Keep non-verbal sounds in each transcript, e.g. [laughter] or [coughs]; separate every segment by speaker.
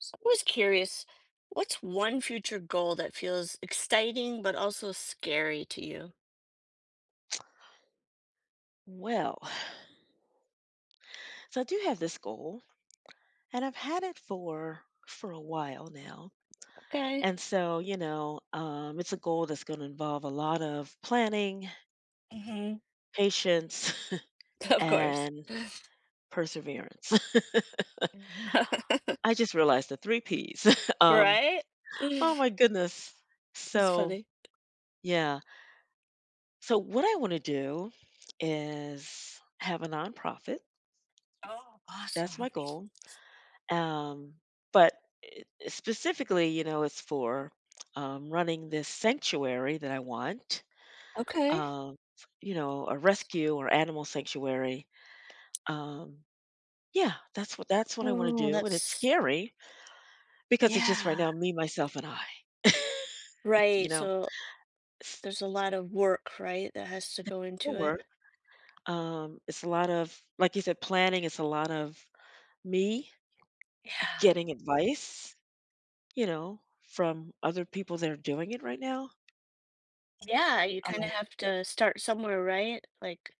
Speaker 1: So I was curious, what's one future goal that feels exciting but also scary to you?
Speaker 2: Well, so I do have this goal and I've had it for a while now.
Speaker 1: Okay.
Speaker 2: And so, it's a goal that's going to involve a lot of planning,
Speaker 1: hmm
Speaker 2: patience,
Speaker 1: [laughs]
Speaker 2: [laughs]
Speaker 1: Of course.
Speaker 2: and perseverance.
Speaker 1: [laughs]
Speaker 2: [laughs] I just realized the three P's. [laughs] um,
Speaker 1: Right? [sighs]
Speaker 2: oh
Speaker 1: That's
Speaker 2: my goodness. So,
Speaker 1: funny.
Speaker 2: yeah. So, what I want to do is have a nonprofit.
Speaker 1: Oh,
Speaker 2: That's
Speaker 1: awesome.
Speaker 2: my goal. Um, but specifically, you know, it's for running this sanctuary that I want,
Speaker 1: Okay.
Speaker 2: um, a rescue or animal sanctuary. Um, yeah, that's what I want
Speaker 1: Oh,
Speaker 2: to do, and it's
Speaker 1: that's,
Speaker 2: scary because it's just right
Speaker 1: yeah.
Speaker 2: now me, myself, and I. You
Speaker 1: Right.
Speaker 2: know,
Speaker 1: So
Speaker 2: it's
Speaker 1: there's a lot of work, right, that has to go
Speaker 2: a lot
Speaker 1: into
Speaker 2: of
Speaker 1: it.
Speaker 2: work. It's a lot of, like you said, planning. It's a lot of me
Speaker 1: Yeah.
Speaker 2: getting advice, from other people that are doing it right now.
Speaker 1: Yeah, you kind of
Speaker 2: Um,
Speaker 1: have to start somewhere, right? Like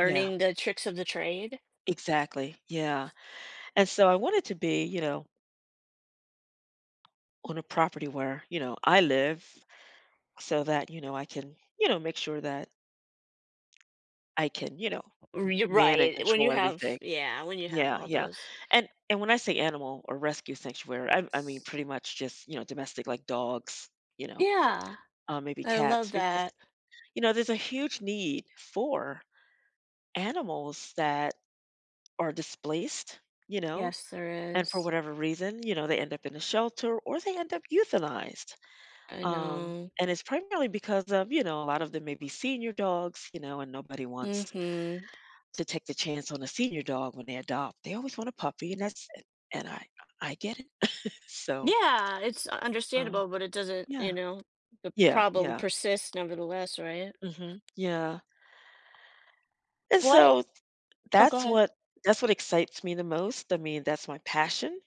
Speaker 2: yeah,
Speaker 1: the tricks of the trade.
Speaker 2: exactly. Yeah. And so I wanted to be, on a property where, I live so that, I can, make sure that I can,
Speaker 1: You're
Speaker 2: man and
Speaker 1: right, when you
Speaker 2: control
Speaker 1: have,
Speaker 2: everything.
Speaker 1: yeah, when you have
Speaker 2: Yeah,
Speaker 1: all
Speaker 2: yeah.
Speaker 1: those.
Speaker 2: And when I say animal or rescue sanctuary, I mean pretty much just, you know, domestic like dogs, you know,
Speaker 1: Yeah,
Speaker 2: maybe
Speaker 1: I
Speaker 2: cats
Speaker 1: love
Speaker 2: because,
Speaker 1: that.
Speaker 2: you know, there's a huge need for animals that are displaced, you know,
Speaker 1: Yes, there
Speaker 2: and for
Speaker 1: is.
Speaker 2: whatever reason, you know, they end up in a shelter or they end up euthanized.
Speaker 1: I know.
Speaker 2: And it's primarily because of, you know, a lot of them may be senior dogs, you know, and nobody wants
Speaker 1: Mhm.
Speaker 2: to take the chance on a senior dog when they adopt. They always want a puppy, and that's it. And I get it. [laughs] So,
Speaker 1: Yeah, it's
Speaker 2: um,
Speaker 1: understandable, but it doesn't,
Speaker 2: yeah,
Speaker 1: the
Speaker 2: yeah,
Speaker 1: problem
Speaker 2: yeah,
Speaker 1: persists nevertheless, right?
Speaker 2: hmm yeah. And
Speaker 1: What?
Speaker 2: so
Speaker 1: Oh, go
Speaker 2: that's
Speaker 1: ahead.
Speaker 2: what that's what excites me the most. I mean, that's my passion.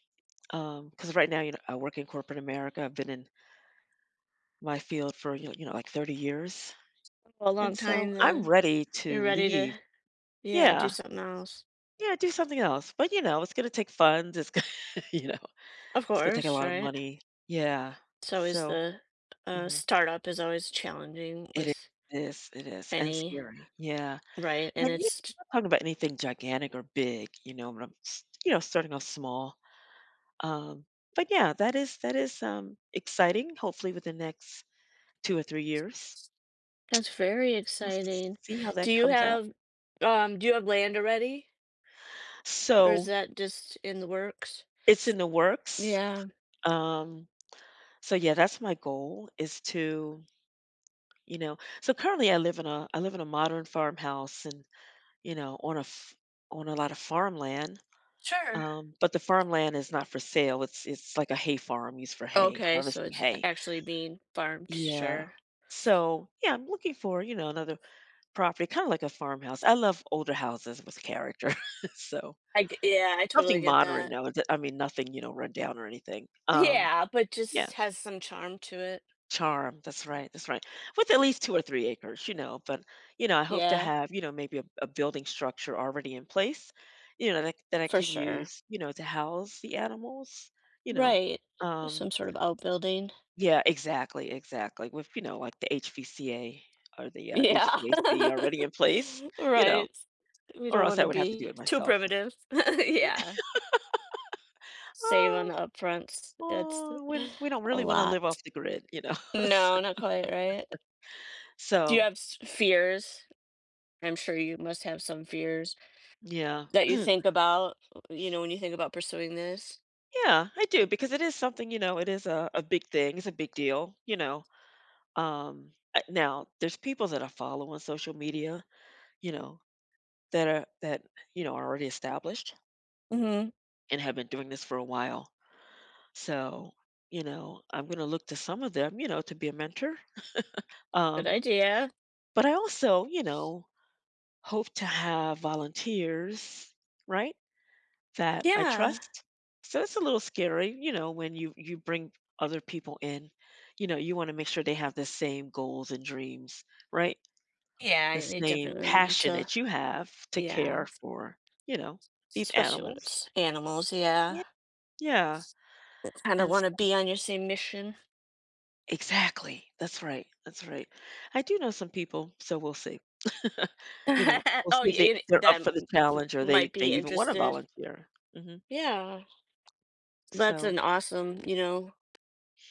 Speaker 2: Because right now, you know, I work in corporate America. I've been in my field for like 30 years,
Speaker 1: A
Speaker 2: and
Speaker 1: long
Speaker 2: so
Speaker 1: time
Speaker 2: I'm
Speaker 1: then.
Speaker 2: ready
Speaker 1: You're
Speaker 2: to
Speaker 1: ready
Speaker 2: leave.
Speaker 1: to, yeah, do
Speaker 2: Yeah,
Speaker 1: something else.
Speaker 2: yeah, do something else, but, you know, it's gonna take funds, it's gonna [laughs] you know,
Speaker 1: Of
Speaker 2: it's gonna take a
Speaker 1: course,
Speaker 2: lot of
Speaker 1: right?
Speaker 2: money. Yeah.
Speaker 1: It's always
Speaker 2: So
Speaker 1: the,
Speaker 2: mhm.
Speaker 1: startup is always challenging
Speaker 2: it
Speaker 1: with
Speaker 2: is, it is, and
Speaker 1: any,
Speaker 2: scary. Yeah,
Speaker 1: right, and
Speaker 2: and, you
Speaker 1: it's—
Speaker 2: know, I'm not talking about anything gigantic or big, you know, but I'm s you know, starting off small. Um, but yeah, that is, exciting, hopefully within the next 2 or 3 years.
Speaker 1: that's very
Speaker 2: We'll
Speaker 1: exciting.
Speaker 2: see how
Speaker 1: Do
Speaker 2: that
Speaker 1: you
Speaker 2: comes out.
Speaker 1: have, do you have land already or is
Speaker 2: So,
Speaker 1: that just in the works?
Speaker 2: it's in the works.
Speaker 1: Yeah.
Speaker 2: Um, so yeah, that's my goal is to. You know, so currently I live in a modern farmhouse and, you know, on a lot of farmland.
Speaker 1: Sure.
Speaker 2: But the farmland is not for sale. It's like a hay farm used for hay,
Speaker 1: Okay, so
Speaker 2: harvesting
Speaker 1: it's
Speaker 2: hay.
Speaker 1: actually being farmed,
Speaker 2: Yeah.
Speaker 1: sure.
Speaker 2: So, yeah, I'm looking for, you know, another property, kind of like a farmhouse. I love older houses with character. [laughs] So,
Speaker 1: Yeah, I totally
Speaker 2: nothing
Speaker 1: get
Speaker 2: modern
Speaker 1: that.
Speaker 2: now. I mean, nothing, you know, run down or anything.
Speaker 1: Yeah, but
Speaker 2: Yeah,
Speaker 1: just has some charm to it.
Speaker 2: charm, that's right, that's right. With at least 2 or 3 acres, you know, but, you know, I hope to
Speaker 1: Yeah,
Speaker 2: have, you know, maybe a building structure already in place, you know, that I
Speaker 1: for
Speaker 2: can
Speaker 1: sure.
Speaker 2: use, you know, to house the animals, you know.
Speaker 1: Right.
Speaker 2: Um,
Speaker 1: Some sort of outbuilding.
Speaker 2: yeah, exactly, exactly, with, you know, like the HVCA or the,
Speaker 1: Yeah.
Speaker 2: HVAC
Speaker 1: [laughs]
Speaker 2: already in place, you know,
Speaker 1: Right. We
Speaker 2: or
Speaker 1: don't
Speaker 2: else
Speaker 1: want
Speaker 2: I
Speaker 1: to
Speaker 2: would have to do
Speaker 1: be
Speaker 2: it
Speaker 1: too
Speaker 2: myself.
Speaker 1: primitive. [laughs] Yeah. Save on
Speaker 2: "Oh,
Speaker 1: the upfronts, that's
Speaker 2: aw, we don't
Speaker 1: a
Speaker 2: really wanna
Speaker 1: lot.
Speaker 2: live off the grid," you know?
Speaker 1: No, not
Speaker 2: [laughs]
Speaker 1: quite, right? Do you
Speaker 2: So,
Speaker 1: have s fears? I'm sure you must have some fears
Speaker 2: yeah.
Speaker 1: that you think about, you know, when you think about pursuing this?
Speaker 2: Yeah, I do because it is something, you know, it is a big thing. It's a big deal, you know. Now there's people that I follow on social media, you know, that are that you know are already established
Speaker 1: Mhm.
Speaker 2: and have been doing this for a while. So you know, I'm going to look to some of them, you know, to be a mentor.
Speaker 1: Good
Speaker 2: Um,
Speaker 1: idea.
Speaker 2: but I also, you know, hope to have volunteers, right, that I
Speaker 1: Yeah.
Speaker 2: trust. So it's a little scary, you know, when you bring other people in. You know, you want to make sure they have the same goals and dreams, right?
Speaker 1: Yeah,
Speaker 2: The
Speaker 1: I, they
Speaker 2: same
Speaker 1: definitely need
Speaker 2: passion
Speaker 1: to,
Speaker 2: that you have to
Speaker 1: yeah,
Speaker 2: care for, you know, these
Speaker 1: especially when
Speaker 2: animals.
Speaker 1: it's animals, yeah.
Speaker 2: Yeah. Yeah.
Speaker 1: Kinda
Speaker 2: And s-
Speaker 1: wanna be on your same mission.
Speaker 2: exactly. That's right. That's right. I do know some people, so we'll see. [laughs] You know,
Speaker 1: [laughs]
Speaker 2: we'll
Speaker 1: Oh,
Speaker 2: see
Speaker 1: y
Speaker 2: if they,
Speaker 1: it
Speaker 2: they're
Speaker 1: that
Speaker 2: up for the challenge or they
Speaker 1: might
Speaker 2: they
Speaker 1: be
Speaker 2: even want to
Speaker 1: interested.
Speaker 2: volunteer. Hmm.
Speaker 1: Yeah. That's
Speaker 2: So
Speaker 1: an awesome,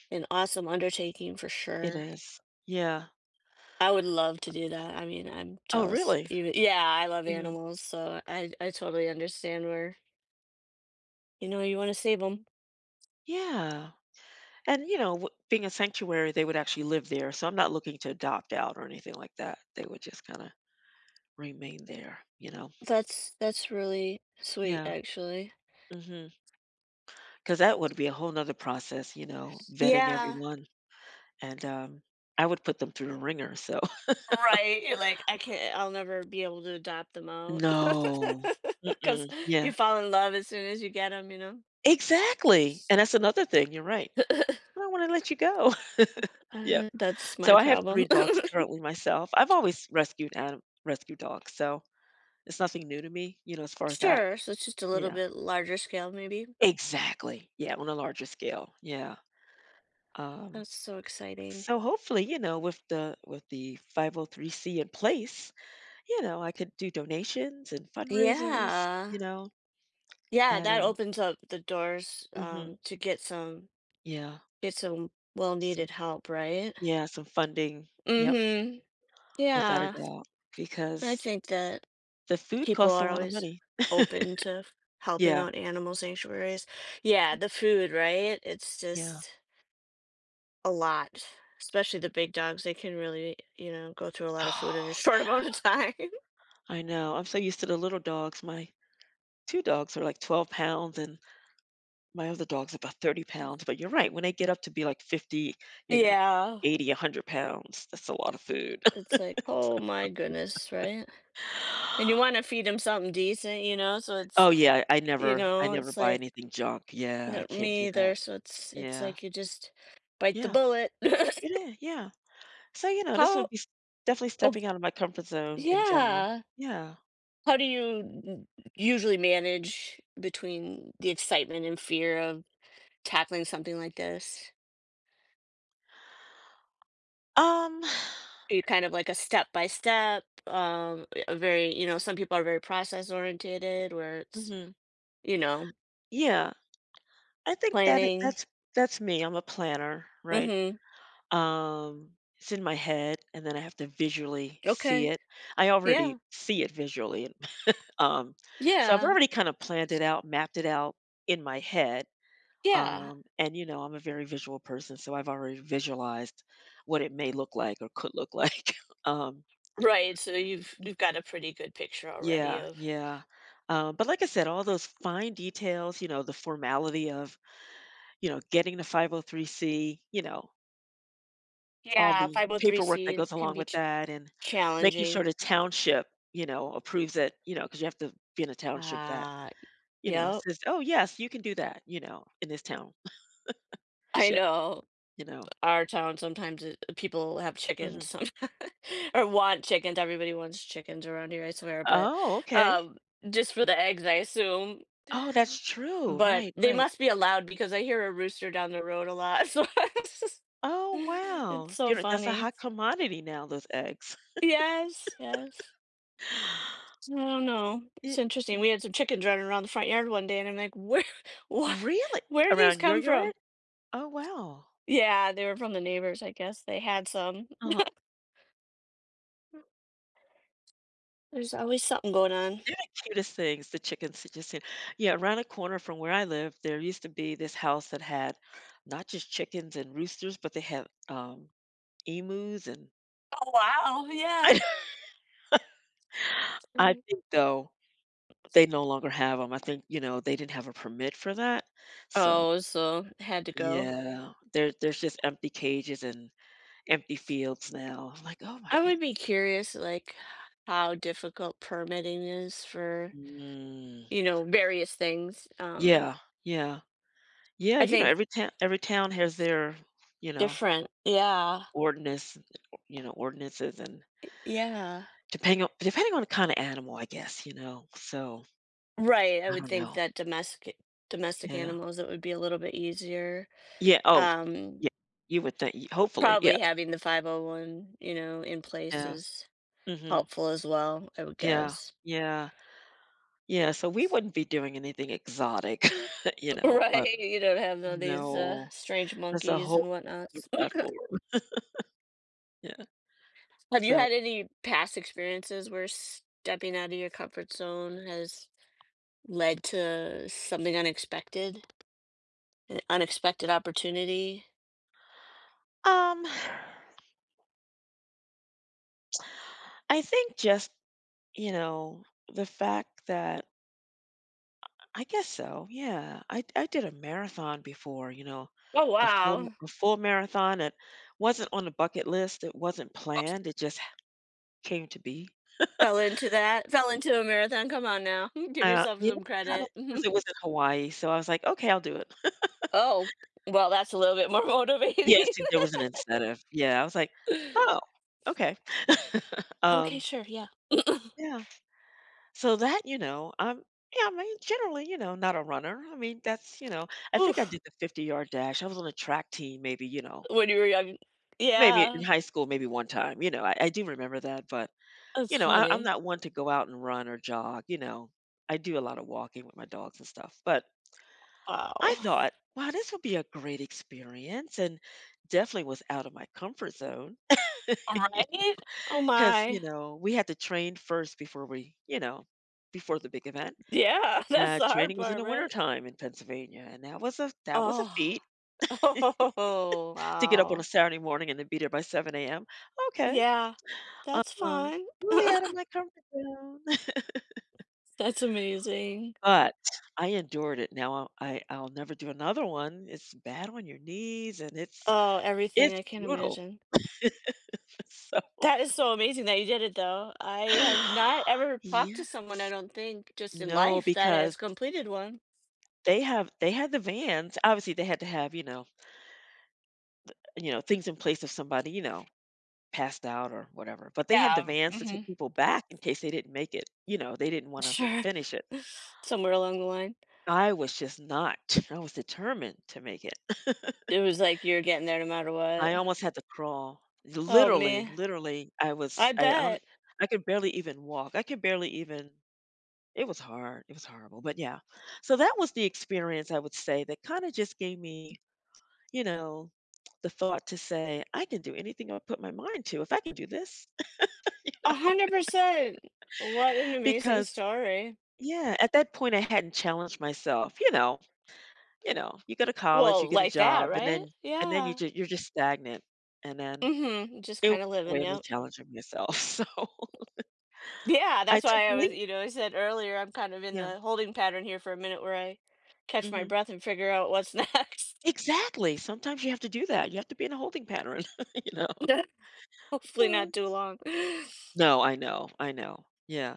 Speaker 1: an awesome undertaking for
Speaker 2: it
Speaker 1: sure.
Speaker 2: is. Yeah.
Speaker 1: I would love to do that. I mean, I'm
Speaker 2: Oh,
Speaker 1: jealous.
Speaker 2: really?
Speaker 1: Even, yeah, I love
Speaker 2: Mhm.
Speaker 1: animals, so I totally understand where, you know, you wanna save them.
Speaker 2: Yeah. And, you know, being a sanctuary, they would actually live there. So I'm not looking to adopt out or anything like that. They would just kind of remain there, you know?
Speaker 1: That's really sweet,
Speaker 2: Yeah.
Speaker 1: actually.
Speaker 2: Mm-hmm. Because that would be a whole nother process, you know, vetting
Speaker 1: Yeah.
Speaker 2: everyone. And I would put them through the ringer. So
Speaker 1: Right, you're like, "I can't, I'll never be able to adopt them
Speaker 2: [laughs]
Speaker 1: out," [laughs]
Speaker 2: no.
Speaker 1: because
Speaker 2: Mm-mm.
Speaker 1: you
Speaker 2: Yeah.
Speaker 1: fall in love as soon as you get them. You know?
Speaker 2: Exactly. And that's another thing. You're right.
Speaker 1: [coughs]
Speaker 2: I
Speaker 1: [laughs]
Speaker 2: don't want to let you go. [laughs] Yeah.
Speaker 1: That's
Speaker 2: So
Speaker 1: my
Speaker 2: I have three
Speaker 1: problem. [laughs]
Speaker 2: dogs currently myself. I've always rescued rescue dogs. So it's nothing new to me, you know, as far as that.
Speaker 1: Sure, so it's just a little
Speaker 2: Yeah.
Speaker 1: bit larger scale maybe.
Speaker 2: Exactly. Yeah, on a larger scale. Yeah. Um,
Speaker 1: That's so exciting.
Speaker 2: so hopefully, you know, with the 503c in place, you know, I could do donations and fundraisers, you
Speaker 1: Yeah.
Speaker 2: know,
Speaker 1: Yeah,
Speaker 2: and
Speaker 1: that opens up the doors,
Speaker 2: mhm,
Speaker 1: to get some,
Speaker 2: yeah,
Speaker 1: get some
Speaker 2: some,
Speaker 1: well-needed help, right?
Speaker 2: yeah, some funding. Yep,
Speaker 1: Mm-hmm.
Speaker 2: without a
Speaker 1: Yeah.
Speaker 2: doubt,
Speaker 1: I
Speaker 2: because
Speaker 1: think that
Speaker 2: the food
Speaker 1: people
Speaker 2: costs a
Speaker 1: are
Speaker 2: lot of
Speaker 1: always
Speaker 2: money. [laughs]
Speaker 1: open to helping
Speaker 2: Yeah,
Speaker 1: out animal sanctuaries. Yeah, the food, right? It's
Speaker 2: yeah.
Speaker 1: just a lot. Especially the big dogs, they can really, you know, go through a lot of food in a short [laughs]
Speaker 2: [gasps]
Speaker 1: amount of time.
Speaker 2: [sighs] I know. I'm so used to the little dogs. My two dogs are like 12 pounds, and my other dog's about 30 pounds, but you're right, when they get up to be like 50, you know,
Speaker 1: Yeah.
Speaker 2: 80, 100 pounds, that's a lot of food.
Speaker 1: It's
Speaker 2: [laughs]
Speaker 1: like, oh my goodness, right? And you want to feed them something decent, you know? So
Speaker 2: Oh,
Speaker 1: it's,
Speaker 2: yeah, I
Speaker 1: you
Speaker 2: never I
Speaker 1: know,
Speaker 2: never
Speaker 1: it's
Speaker 2: buy
Speaker 1: like,
Speaker 2: anything junk. Yeah, I
Speaker 1: no,
Speaker 2: can't do
Speaker 1: me either,
Speaker 2: that.
Speaker 1: so it's
Speaker 2: Yeah.
Speaker 1: like you just bite the
Speaker 2: Yeah.
Speaker 1: bullet. [laughs]
Speaker 2: It is, yeah. So, you know, this
Speaker 1: How,
Speaker 2: would be s definitely
Speaker 1: oh,
Speaker 2: stepping out of my comfort zone in general.
Speaker 1: yeah.
Speaker 2: Yeah.
Speaker 1: How do you usually manage between the excitement and fear of tackling something like this?
Speaker 2: Um,
Speaker 1: Are you kind of like a step by step, a very, you know, some people are very process oriented where
Speaker 2: [sighs]
Speaker 1: it's,
Speaker 2: mhm.
Speaker 1: you know,
Speaker 2: Yeah, I think that it
Speaker 1: planning.
Speaker 2: that's me, I'm a planner, right?
Speaker 1: Mhm.
Speaker 2: Um, it's in my head, and then I have to visually see
Speaker 1: Okay.
Speaker 2: it. I already
Speaker 1: Yeah.
Speaker 2: see it visually, [laughs] um, so I've
Speaker 1: Yeah.
Speaker 2: already kind of planned it out, mapped it out in my head.
Speaker 1: Yeah.
Speaker 2: And you know, I'm a very visual person, so I've already visualized what it may look like or could look like. [laughs] Um,
Speaker 1: Right, so
Speaker 2: y-
Speaker 1: you've got a pretty good picture already
Speaker 2: yeah,
Speaker 1: of—
Speaker 2: yeah. But like I said, all those fine details, you know, the formality of, you know, getting the 503C, you know, all
Speaker 1: yeah,
Speaker 2: the paperwork that
Speaker 1: 503C
Speaker 2: goes
Speaker 1: can
Speaker 2: along
Speaker 1: be
Speaker 2: with
Speaker 1: ch
Speaker 2: that and making sure
Speaker 1: challenging.
Speaker 2: the township, you know, approves it, you know, because you have to be in a township that,
Speaker 1: Uh,
Speaker 2: you know,
Speaker 1: yep.
Speaker 2: says, "Oh, yes, you can do that," you know, in this township,
Speaker 1: [laughs] I know,
Speaker 2: you know?
Speaker 1: our town sometimes it, people have chickens,
Speaker 2: Mhm.
Speaker 1: some [laughs] or want chickens. Everybody wants chickens around here, I swear, but
Speaker 2: Oh, okay.
Speaker 1: um just for the eggs, I assume.
Speaker 2: Oh, that's true.
Speaker 1: But
Speaker 2: Right,
Speaker 1: they
Speaker 2: right.
Speaker 1: must be allowed because I hear a rooster down the road a lot. [laughs] So
Speaker 2: Oh,
Speaker 1: [laughs] it's
Speaker 2: wow.
Speaker 1: so
Speaker 2: You know, that's a
Speaker 1: funny.
Speaker 2: hot commodity now, those eggs.
Speaker 1: Yes, yes.
Speaker 2: [gasps]
Speaker 1: I
Speaker 2: [sighs]
Speaker 1: don't know. It's
Speaker 2: It
Speaker 1: interesting. We had some chickens running around the front yard one day, and I'm like, where, [laughs] what,
Speaker 2: really?
Speaker 1: where did these
Speaker 2: Around your
Speaker 1: come
Speaker 2: yard?
Speaker 1: from?
Speaker 2: Oh, wow.
Speaker 1: Yeah, they were from the neighbors, I guess. They had some.
Speaker 2: uh
Speaker 1: There's always something going on.
Speaker 2: They're the cutest things, the chickens that just seem. Yeah, around a corner from where I live, there used to be this house that had not just chickens and roosters, but they had, emus and
Speaker 1: Oh, wow. Yeah.
Speaker 2: [laughs] I
Speaker 1: Mm.
Speaker 2: think, though, they no longer have them. I think, you know, they didn't have a permit for that, so
Speaker 1: Oh, so had to go.
Speaker 2: yeah, there's just empty cages and empty fields now. I'm like, "Oh my
Speaker 1: I
Speaker 2: good."
Speaker 1: would be curious, like, how difficult permitting is for,
Speaker 2: Mm.
Speaker 1: you know, various things.
Speaker 2: Yeah, yeah. Yeah,
Speaker 1: I
Speaker 2: you know,
Speaker 1: think
Speaker 2: every town has their, you know,
Speaker 1: different. Yeah.
Speaker 2: ordinance, you know, ordinances and
Speaker 1: Yeah.
Speaker 2: depending on the kind of animal, I guess, you know. So,
Speaker 1: Right. I
Speaker 2: I
Speaker 1: would
Speaker 2: don't
Speaker 1: think
Speaker 2: know.
Speaker 1: that domestic
Speaker 2: Yeah.
Speaker 1: animals it would be a little bit easier.
Speaker 2: Yeah, oh,
Speaker 1: Um,
Speaker 2: yeah. You would think y hopefully, yeah,
Speaker 1: probably having the 501, you know, in place
Speaker 2: yeah.
Speaker 1: is
Speaker 2: Mhm.
Speaker 1: helpful as well, I would
Speaker 2: Yeah,
Speaker 1: guess. [laughs]
Speaker 2: yeah, yeah, so we wouldn't be doing anything exotic, [laughs] you know, but
Speaker 1: Right, you don't have all these,
Speaker 2: no,
Speaker 1: strange
Speaker 2: that's a
Speaker 1: monkeys
Speaker 2: whole
Speaker 1: and
Speaker 2: other
Speaker 1: whatnots.
Speaker 2: platform. Yeah,
Speaker 1: [clears throat] Have you
Speaker 2: so,
Speaker 1: had any past experiences where stepping out of your comfort zone has led to something unexpected, an unexpected opportunity?
Speaker 2: um, [sighs] I think just, you know, the fact that I guess so, yeah. I did a marathon before, you know,
Speaker 1: Oh
Speaker 2: a [laughs] full m
Speaker 1: wow.
Speaker 2: a full marathon. It wasn't on the bucket list, it wasn't planned, it just came to be.
Speaker 1: Fell into that. Fell into a marathon. Come on now. [laughs] Give yourself
Speaker 2: Yeah,
Speaker 1: some credit.
Speaker 2: because it
Speaker 1: [laughs]
Speaker 2: was in Hawaii, so I was like, "Okay, I'll do it." [laughs]
Speaker 1: Oh, well, that's a little bit more [laughs]
Speaker 2: Yes,
Speaker 1: motivating.
Speaker 2: there was an incentive. Yeah, I was like, "Oh, okay." [laughs]
Speaker 1: Okay,
Speaker 2: Um,
Speaker 1: sure, yeah. [laughs]
Speaker 2: yeah, so that, you know, I'm yeah, I mean, generally, you know, not a runner. I mean, that's, you know, I think I
Speaker 1: Oof,
Speaker 2: did the 50-yard dash. I was on a track team maybe, you know,
Speaker 1: when you were young.
Speaker 2: maybe in
Speaker 1: Yeah,
Speaker 2: high school, maybe one time, you know, I do remember that, but,
Speaker 1: that's
Speaker 2: you know, I'm
Speaker 1: funny.
Speaker 2: not one to go out and run or jog, you know. I do a lot of walking with my dogs and stuff, but I
Speaker 1: Wow.
Speaker 2: thought, "Wow, this would be a great experience," and definitely was out of my comfort zone. [laughs]
Speaker 1: Right? Oh
Speaker 2: Because
Speaker 1: my.
Speaker 2: you know, we had to train first before before the big event.
Speaker 1: Yeah, [laughs] that's the hard
Speaker 2: Training was in
Speaker 1: part,
Speaker 2: the
Speaker 1: right?
Speaker 2: wintertime in Pennsylvania, and that was a
Speaker 1: Oh.
Speaker 2: feat
Speaker 1: [laughs] Oh,
Speaker 2: to get up on a
Speaker 1: wow.
Speaker 2: Saturday morning and then be there by 7 AM. Okay,
Speaker 1: Yeah, that's
Speaker 2: um,
Speaker 1: fun.
Speaker 2: really out of my comfort zone.
Speaker 1: [laughs] That's amazing.
Speaker 2: But I endured it. Now I'll never do another one. It's bad on your knees and it's
Speaker 1: Oh, everything,
Speaker 2: it's
Speaker 1: I can't
Speaker 2: brutal.
Speaker 1: imagine.
Speaker 2: [laughs] So
Speaker 1: That is so amazing that you did it though. I have
Speaker 2: [sighs]
Speaker 1: not ever talked
Speaker 2: yeah.
Speaker 1: to someone, I don't think, just in
Speaker 2: No,
Speaker 1: life that
Speaker 2: because
Speaker 1: has completed one.
Speaker 2: they had the vans. Obviously they had to have, things in place if somebody, you know, passed out or whatever. But they had the
Speaker 1: Yeah.
Speaker 2: vans to take
Speaker 1: Mhm.
Speaker 2: people back in case they didn't make it. You know, they didn't want to
Speaker 1: Sure.
Speaker 2: finish it.
Speaker 1: [laughs] Somewhere along the line.
Speaker 2: I was just not. I was determined to make it. [laughs]
Speaker 1: It was like you're getting there no matter what.
Speaker 2: I almost had to crawl.
Speaker 1: Oh
Speaker 2: Literally,
Speaker 1: man.
Speaker 2: literally,
Speaker 1: I bet.
Speaker 2: I could barely even walk. I could barely even It was hard. It was horrible, but yeah. So that was the experience I would say that kind of just gave me, you know, the thought to say, I can do anything I put my mind to if I can do this. [laughs]
Speaker 1: 100%. What an amazing
Speaker 2: Because
Speaker 1: story.
Speaker 2: yeah, at that point I hadn't challenged myself, you know. You know, you go to college, you
Speaker 1: Well,
Speaker 2: get a
Speaker 1: like that,
Speaker 2: job, and
Speaker 1: right?
Speaker 2: then
Speaker 1: Yeah.
Speaker 2: you're just stagnant. And then
Speaker 1: Mm-hmm. Just
Speaker 2: it was
Speaker 1: kind of
Speaker 2: a
Speaker 1: living,
Speaker 2: way of me
Speaker 1: yep.
Speaker 2: challenging myself. [laughs] So
Speaker 1: Yeah,
Speaker 2: I
Speaker 1: that's
Speaker 2: took
Speaker 1: why I
Speaker 2: the
Speaker 1: was,
Speaker 2: leap.
Speaker 1: you know, I said earlier I'm kind of in
Speaker 2: Yeah,
Speaker 1: the holding pattern here for a minute where I catch my
Speaker 2: mhm.
Speaker 1: breath and figure out what's [laughs] next.
Speaker 2: Exactly, sometimes you have to do that, you have to be in a holding pattern, [laughs] you know?
Speaker 1: [laughs] Hopefully
Speaker 2: Huh.
Speaker 1: not too long. [laughs]
Speaker 2: No, I know, I know. Yeah.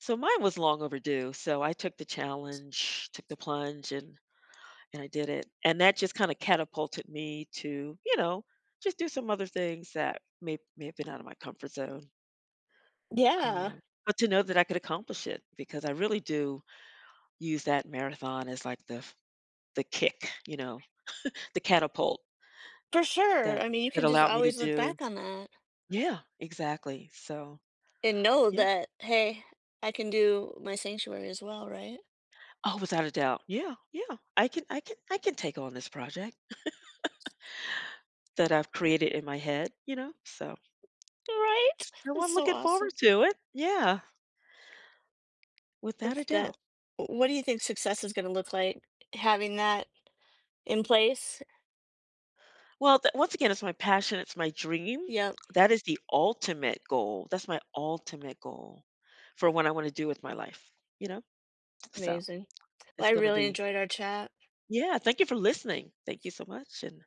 Speaker 2: So mine was long overdue, so I took the challenge, took the plunge, and I did it, and that just kinda catapulted me to, you know, just do some other things that may have been out of my comfort zone,
Speaker 1: Yeah,
Speaker 2: um, but to know that I could accomplish it because I really do use that marathon as, like, the kick, you know, the catapult
Speaker 1: for sure.
Speaker 2: that
Speaker 1: I mean, you
Speaker 2: that
Speaker 1: can just
Speaker 2: allowed me to
Speaker 1: always look
Speaker 2: do.
Speaker 1: back on that,
Speaker 2: Yeah, exactly. So,
Speaker 1: and know
Speaker 2: yeah.
Speaker 1: that, hey, I can do my sanctuary as well, right?
Speaker 2: Oh, without a doubt. Yeah, yeah. I can take on this project that I've created in my head, you know? So,
Speaker 1: Right?
Speaker 2: so
Speaker 1: It's
Speaker 2: I'm
Speaker 1: so
Speaker 2: looking
Speaker 1: awesome.
Speaker 2: forward to it. Yeah, without
Speaker 1: It's
Speaker 2: a
Speaker 1: that.
Speaker 2: doubt.
Speaker 1: What do you think success is going to look like having that in place?
Speaker 2: Well, once again, it's my passion, it's my dream.
Speaker 1: Yep.
Speaker 2: That is the ultimate goal. That's my ultimate goal for what I want to do with my life, you know? So,
Speaker 1: Amazing. Well,
Speaker 2: it's
Speaker 1: I
Speaker 2: going to
Speaker 1: really
Speaker 2: be
Speaker 1: enjoyed our chat,
Speaker 2: yeah, thank you for listening. Thank you so much and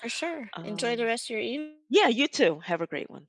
Speaker 1: for sure. Enjoy the
Speaker 2: um
Speaker 1: rest of your evening.
Speaker 2: yeah, you too. Have a great one.